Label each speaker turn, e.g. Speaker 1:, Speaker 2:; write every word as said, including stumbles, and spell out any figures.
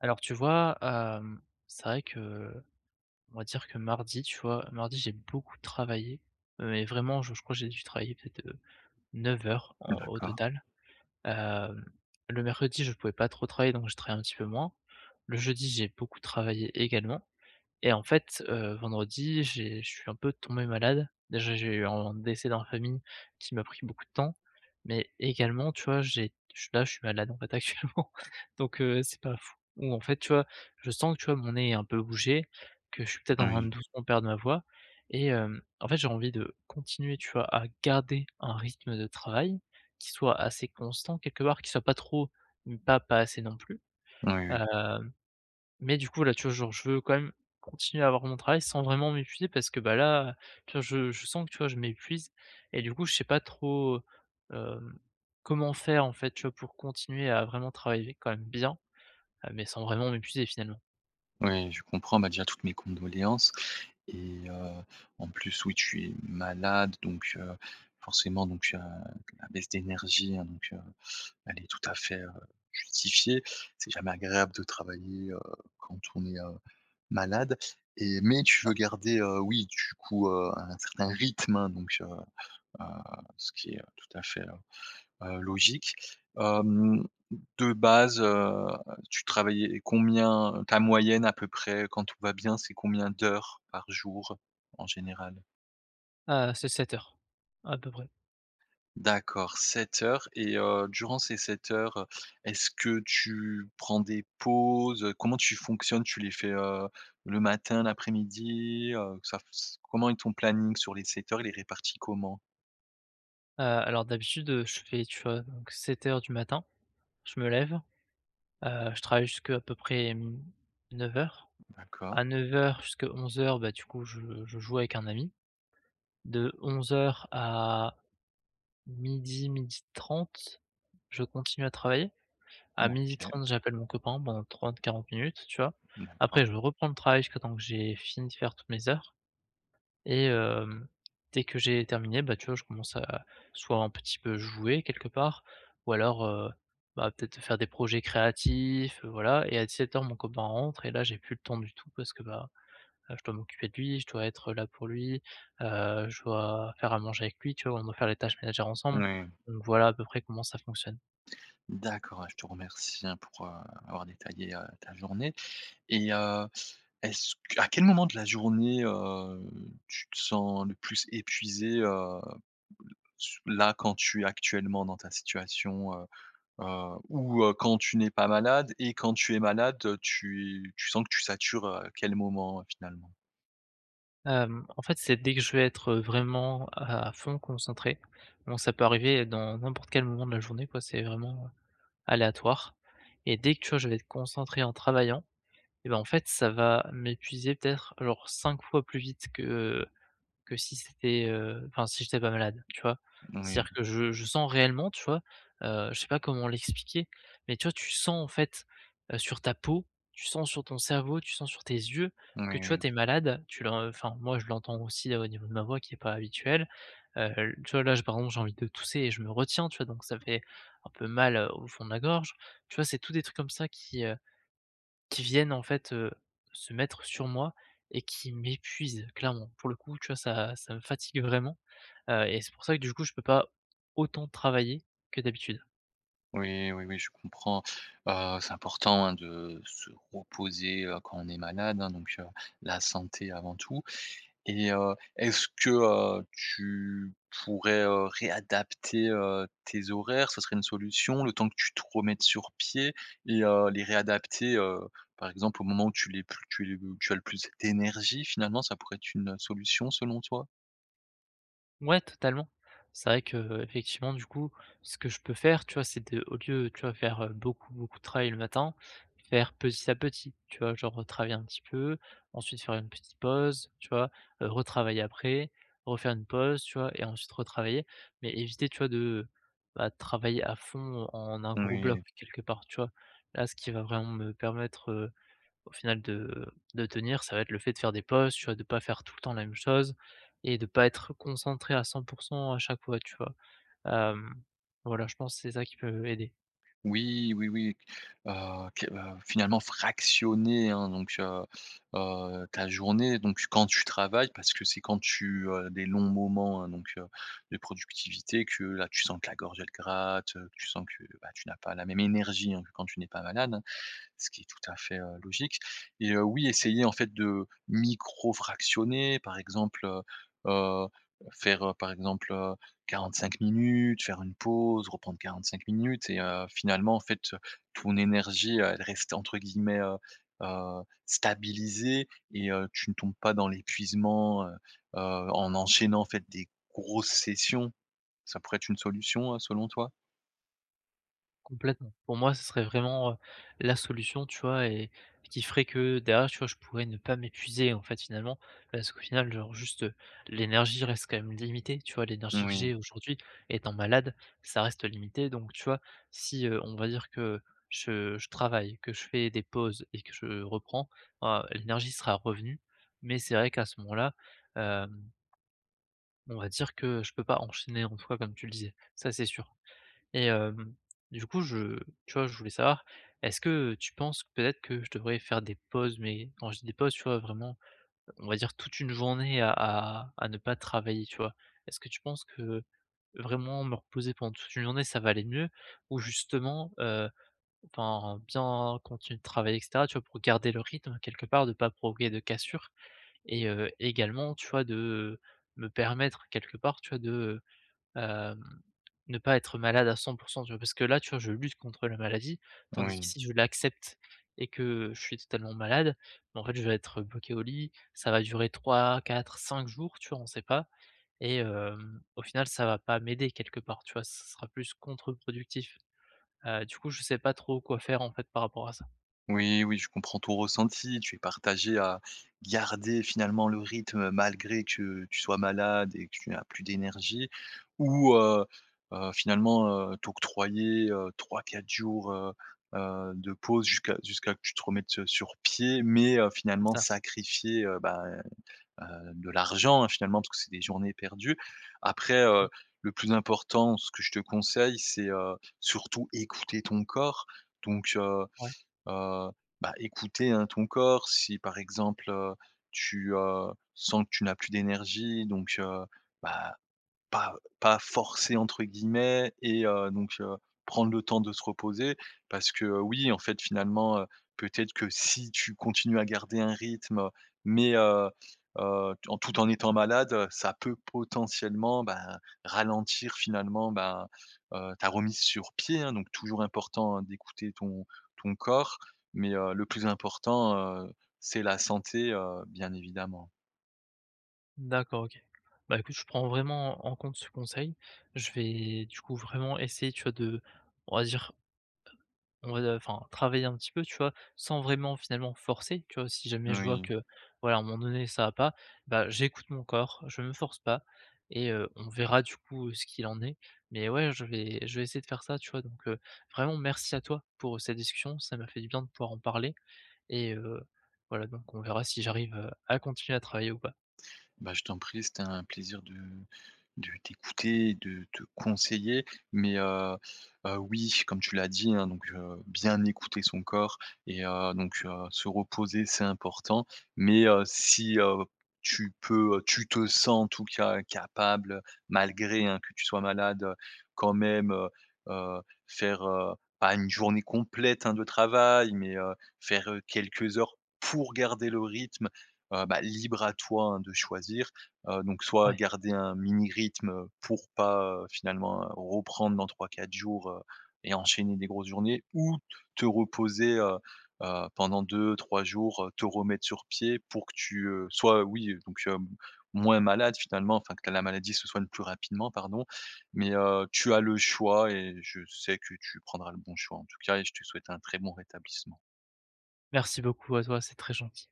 Speaker 1: Alors tu vois, hem, c'est vrai que on va dire que mardi, tu vois, mardi j'ai beaucoup travaillé, heu, mais vraiment je je crois que j'ai dû travailler peut-être, heu, 9 heures en au
Speaker 2: D'accord.
Speaker 1: total. Hem, le mercredi je pouvais pas trop travailler donc je travaillais un petit peu moins. Le jeudi j'ai beaucoup travaillé également. Et en fait, heu, vendredi, j'ai je suis un peu tombé malade. Déjà, j'ai eu un décès dans la famille qui m'a pris beaucoup de temps, mais également, tu vois, j'ai je suis là, je suis malade, en fait, actuellement, donc heu, c'est pas fou ou en fait, tu vois, je sens que, tu vois, mon nez est un peu bougé, que je suis peut-être en train
Speaker 2: Oui,
Speaker 1: de doucement perdre ma voix et hem, en fait, j'ai envie de continuer, tu vois, à garder un rythme de travail qui soit assez constant quelque part, qui soit pas trop, mais pas pas assez non plus.
Speaker 2: oui, oui.
Speaker 1: Hem Mais du coup, là, tu vois, genre, je veux quand même continuer à avoir mon travail sans vraiment m'épuiser parce que, bah, là, tu vois, je je sens que, tu vois, je m'épuise et du coup, je sais pas trop, hem, comment faire, en fait, tu vois, pour continuer à vraiment travailler quand même bien, heu, mais sans vraiment m'épuiser, finalement.
Speaker 2: Oui, je comprends. Bah, déjà, toutes mes condoléances et heu, en plus, oui, tu es malade, donc heu, forcément, donc heu, la baisse d'énergie, hein, donc heu, elle est tout à fait, heu, justifiée. C'est jamais agréable de travailler, heu, quand on est, heu, malade, et mais tu veux garder, heu, oui, du coup, heu, un certain rythme, hein, donc heu, heu, ce qui est, heu, tout à fait, Heu, logique. Hem, de base, heu, tu travaillais combien? Ta moyenne à peu près quand tout va bien, c'est combien d'heures par jour en général?
Speaker 1: Ah c'est sept heures, à peu près.
Speaker 2: D'accord, sept heures. Et heu, durant ces sept heures, heu, est-ce que tu prends des pauses? Comment tu fonctionnes? Tu les fais, heu, le matin, l'après-midi? Heu, ça f Comment est ton planning sur les sept heures? Il est réparti comment?
Speaker 1: Heu, alors d'habitude, heu, je fais, tu vois, donc sept heures du matin, je me lève, heu, je travaille jusqu'à à peu près, mmh, neuf heures.
Speaker 2: D'accord.
Speaker 1: À neuf heures jusqu'à onze heures bah, du coup, je je joue avec un ami. De onze heures à midi midi trente je continue à travailler. À midi
Speaker 2: OK,
Speaker 1: trente j'appelle mon copain pendant trente quarante minutes, tu vois?
Speaker 2: d'accord.
Speaker 1: Après, je reprends le travail jusqu'à temps que j'ai fini de faire toutes mes heures et hem, dès que j'ai terminé, bah, tu vois, je commence à soit un petit peu jouer quelque part ou alors, heu, bah, peut-être faire des projets créatifs, heu, voilà. Et à dix sept heures mon copain rentre et là, j'ai plus le temps du tout parce que, bah, Heu, je dois m'occuper de lui, je dois être là pour lui, heu, je dois faire à manger avec lui, tu vois? On doit faire les tâches ménagères ensemble,
Speaker 2: Oui.
Speaker 1: donc voilà à peu près comment ça fonctionne.
Speaker 2: D'accord, ouais, je te remercie, hein, pour, heu, avoir détaillé, heu, ta journée. Et heu, est-ce q à quel moment de la journée, heu, tu te sens le plus épuisé, heu, s là, quand tu es actuellement dans ta situation, heu heu, ou heu, quand tu n'es pas malade, et quand tu es malade, heu, tu tu sens que tu satures, heu, quel moment, heu, finalement?
Speaker 1: Hem, en fait, c'est dès que je vais être vraiment à fond concentré, bon ça peut arriver dans n'importe quel moment de la journée quoi, c'est vraiment aléatoire et dès que, tu vois, je vais être concentré en travaillant et ben en fait, ça va m'épuiser peut-être genre cinq fois plus vite que, Que si c'était, heu, enfin si j'étais pas malade, tu vois?
Speaker 2: Oui,
Speaker 1: C'est-à-dire que je je sens réellement, tu vois? Heu, je sais pas comment l'expliquer, mais tu vois, tu sens en fait, heu, sur ta peau, tu sens sur ton cerveau, tu sens sur tes yeux que
Speaker 2: oui,
Speaker 1: tu vois,
Speaker 2: oui.
Speaker 1: tu es malade. Tu l'en enfin moi je l'entends aussi, heu, au niveau de ma voix qui est pas habituelle. Heu, l Tu vois, là, j par exemple, j'ai envie de tousser et je me retiens, tu vois? Donc ça fait un peu mal, heu, au fond de la gorge. Tu vois, c'est tous des trucs comme ça qui, heu qui viennent en fait, heu, se mettre sur moi et qui m'épuisent clairement. Pour le coup, tu vois, ça ça me fatigue vraiment, heu et c'est pour ça que du coup, je peux pas autant travailler que d'habitude.
Speaker 2: Oui, oui, oui, je comprends. Heu, c'est important, hein, de se reposer, heu, quand on est malade, hein, donc heu, la santé avant tout. Et heu, est-ce que, heu, tu pourrais, heu, réadapter, heu, tes horaires? Ce serait une solution, le temps que tu te remettes sur pied, et heu, les réadapter, heu, par exemple, au moment où tu l'es plus tu es tu as le plus d'énergie? Finalement, ça pourrait être une solution selon toi?
Speaker 1: Ouais, totalement. C'est vrai que euh, effectivement du coup, ce que je peux faire, tu vois, c'est de, au lieu, tu vois, faire, heu, beaucoup, beaucoup de travail le matin, faire petit à petit, tu vois? Genre, heu, travailler un petit peu, ensuite faire une petite pause, tu vois? Heu, retravailler après, refaire une pause, tu vois? Et ensuite retravailler, mais éviter, tu vois, de, bah, travailler à fond en un gros bloc
Speaker 2: Oui.
Speaker 1: quelque part, tu vois? Là, ce qui va vraiment me permettre, au final, de de tenir, ça va être le fait de faire des pauses, tu vois? De pas faire tout le temps la même chose et de pas être concentré à cent pour cent à chaque fois, tu vois? Hem, voilà, je pense que c'est ça qui peut aider.
Speaker 2: Oui, oui, oui, heu, que heu, finalement fractionner, hein, donc heu heu, ta journée, donc quand tu travailles, parce que c'est quand tu, heu, des longs moments, hein, donc heu, de productivité, que là, tu sens que la gorge, elle gratte, heu, tu sens que, bah, tu n'as pas la même énergie, hein, que quand tu n'es pas malade, hein. Ce qui est tout à fait, heu, logique. Et heu, oui, essayer en fait de micro-fractionner, par exemple, heu heu, faire, heu, par exemple, heu, 45 minutes, faire une pause, reprendre 45 minutes, et heu, finalement en fait, heu, ton énergie, heu, elle reste entre guillemets, heu heu, stabilisée, et heu, tu ne tombes pas dans l'épuisement, heu heu, en enchaînant en fait des grosses sessions. Ça pourrait être une solution, heu, selon toi?
Speaker 1: Complètement. Pour moi, ce serait vraiment, heu, la solution, tu vois? Et qui ferait que derrière, tu vois, je pourrais ne pas m'épuiser, en fait, finalement. Parce qu'au final, genre, juste, heu, l'énergie reste quand même limitée, tu vois? L'énergie que
Speaker 2: Oui,
Speaker 1: j'ai aujourd'hui, étant malade, ça reste limité. Donc, tu vois, si, heu, on va dire que je je travaille, que je fais des pauses et que je reprends, bah, l'énergie sera revenue. Mais c'est vrai qu'à ce moment-là, hem, on va dire que je peux pas enchaîner en tout cas, comme tu le disais. Ça, c'est sûr. Et hem, du coup, je tu vois, je voulais savoir, est-ce que tu penses peut-être que je devrais faire des pauses? Mais quand je dis des pauses, tu vois, vraiment, on va dire toute une journée à à à ne pas travailler, tu vois? Est-ce que tu penses que vraiment me reposer pendant toute une journée, ça va aller mieux? Ou justement, heu, enfin, bien continuer de travailler et cetera, tu vois, pour garder le rythme quelque part, de pas provoquer de cassure et heu, également, tu vois, de me permettre quelque part, tu vois, de Hem, ne pas être malade à cent pour cent, tu vois? Parce que là, tu vois, je lutte contre la maladie, tandis que
Speaker 2: oui.
Speaker 1: si je l'accepte et que je suis totalement malade, bah, en fait, je vais être bloqué au lit, ça va durer trois quatre cinq jours, tu vois? On sait pas et hem, au final, ça va pas m'aider quelque part, tu vois? Ce sera plus contre-productif. Heu, du coup, je sais pas trop quoi faire, en fait, par rapport à ça.
Speaker 2: Oui, oui, je comprends ton ressenti. Tu es partagé à garder finalement le rythme malgré que tu sois malade et que tu n'as plus d'énergie, ou euh, euh, finalement euh, t'octroyer euh, 3-4 jours, euh, euh, de pause, jusqu'à jusqu'à que tu te remettes euh, sur pied, mais euh,
Speaker 1: C'est
Speaker 2: finalement
Speaker 1: ça.
Speaker 2: sacrifier, euh, bah, euh, de l'argent, hein, finalement, parce que c'est des journées perdues. Après, euh,
Speaker 1: Oui,
Speaker 2: le plus important, ce que je te conseille, c'est euh, surtout écouter ton corps. Donc, euh,
Speaker 1: ouais.
Speaker 2: Heu, bah, écouter, hein, ton corps. Si par exemple, heu, tu, heu, sens que tu n'as plus d'énergie, donc heu, bah, pas pas «forcer» entre guillemets, et heu, donc heu, prendre le temps de se reposer, parce que, heu, oui, en fait, finalement, heu, peut-être que si tu continues à garder un rythme, mais heu heu, t en tout en étant malade, heu, ça peut potentiellement, ben, ralentir finalement, ben, heu, ta remise sur pied, hein. Donc toujours important, hein, d'écouter ton ton corps, mais heu, le plus important, heu, c'est la santé, heu, bien évidemment.
Speaker 1: D'accord, OK. Bah, écoute, je prends vraiment en compte ce conseil. Je vais, du coup, vraiment essayer, tu vois, de on va dire On va, heu, enfin travailler un petit peu, tu vois? Sans vraiment finalement forcer, tu vois? Si jamais je vois
Speaker 2: Oui.
Speaker 1: que, voilà, à un moment donné ça va pas, bah, j'écoute mon corps, je me force pas et heu, on verra du coup, heu, ce qu'il en est. Mais ouais, je vais je vais essayer de faire ça, tu vois? Donc heu, vraiment merci à toi pour cette discussion, ça m'a fait du bien de pouvoir en parler et heu, voilà, donc on verra si j'arrive, heu, à continuer à travailler ou pas.
Speaker 2: Bah, je t'en prie, c'était un plaisir de de t'écouter, de te conseiller. Mais heu, heu, oui, comme tu l'as dit, hein, donc heu, bien écouter son corps, et heu, donc heu, se reposer, c'est important. Mais heu, si, heu, tu peux, tu te sens en tout cas capable, malgré, hein, que tu sois malade, heu, quand même, heu, heu, faire, heu, pas une journée complète, hein, de travail, mais heu, faire, heu, quelques heures pour garder le rythme, heu, bah, libre à toi, hein, de choisir, heu, donc soit
Speaker 1: Ouais,
Speaker 2: garder un mini rythme, pour pas, heu, finalement, heu, reprendre dans trois quatre jours, heu, et enchaîner des grosses journées, ou te reposer, heu heu, pendant deux trois jours, heu, te remettre sur pied pour que tu, heu, sois, oui, euh, donc hem, moins malade finalement, enfin que la maladie se soigne plus rapidement, pardon, mais heu, tu as le choix, et je sais que tu prendras le bon choix en tout cas, et je te souhaite un très bon rétablissement.
Speaker 1: merci beaucoup à toi, c'est très gentil.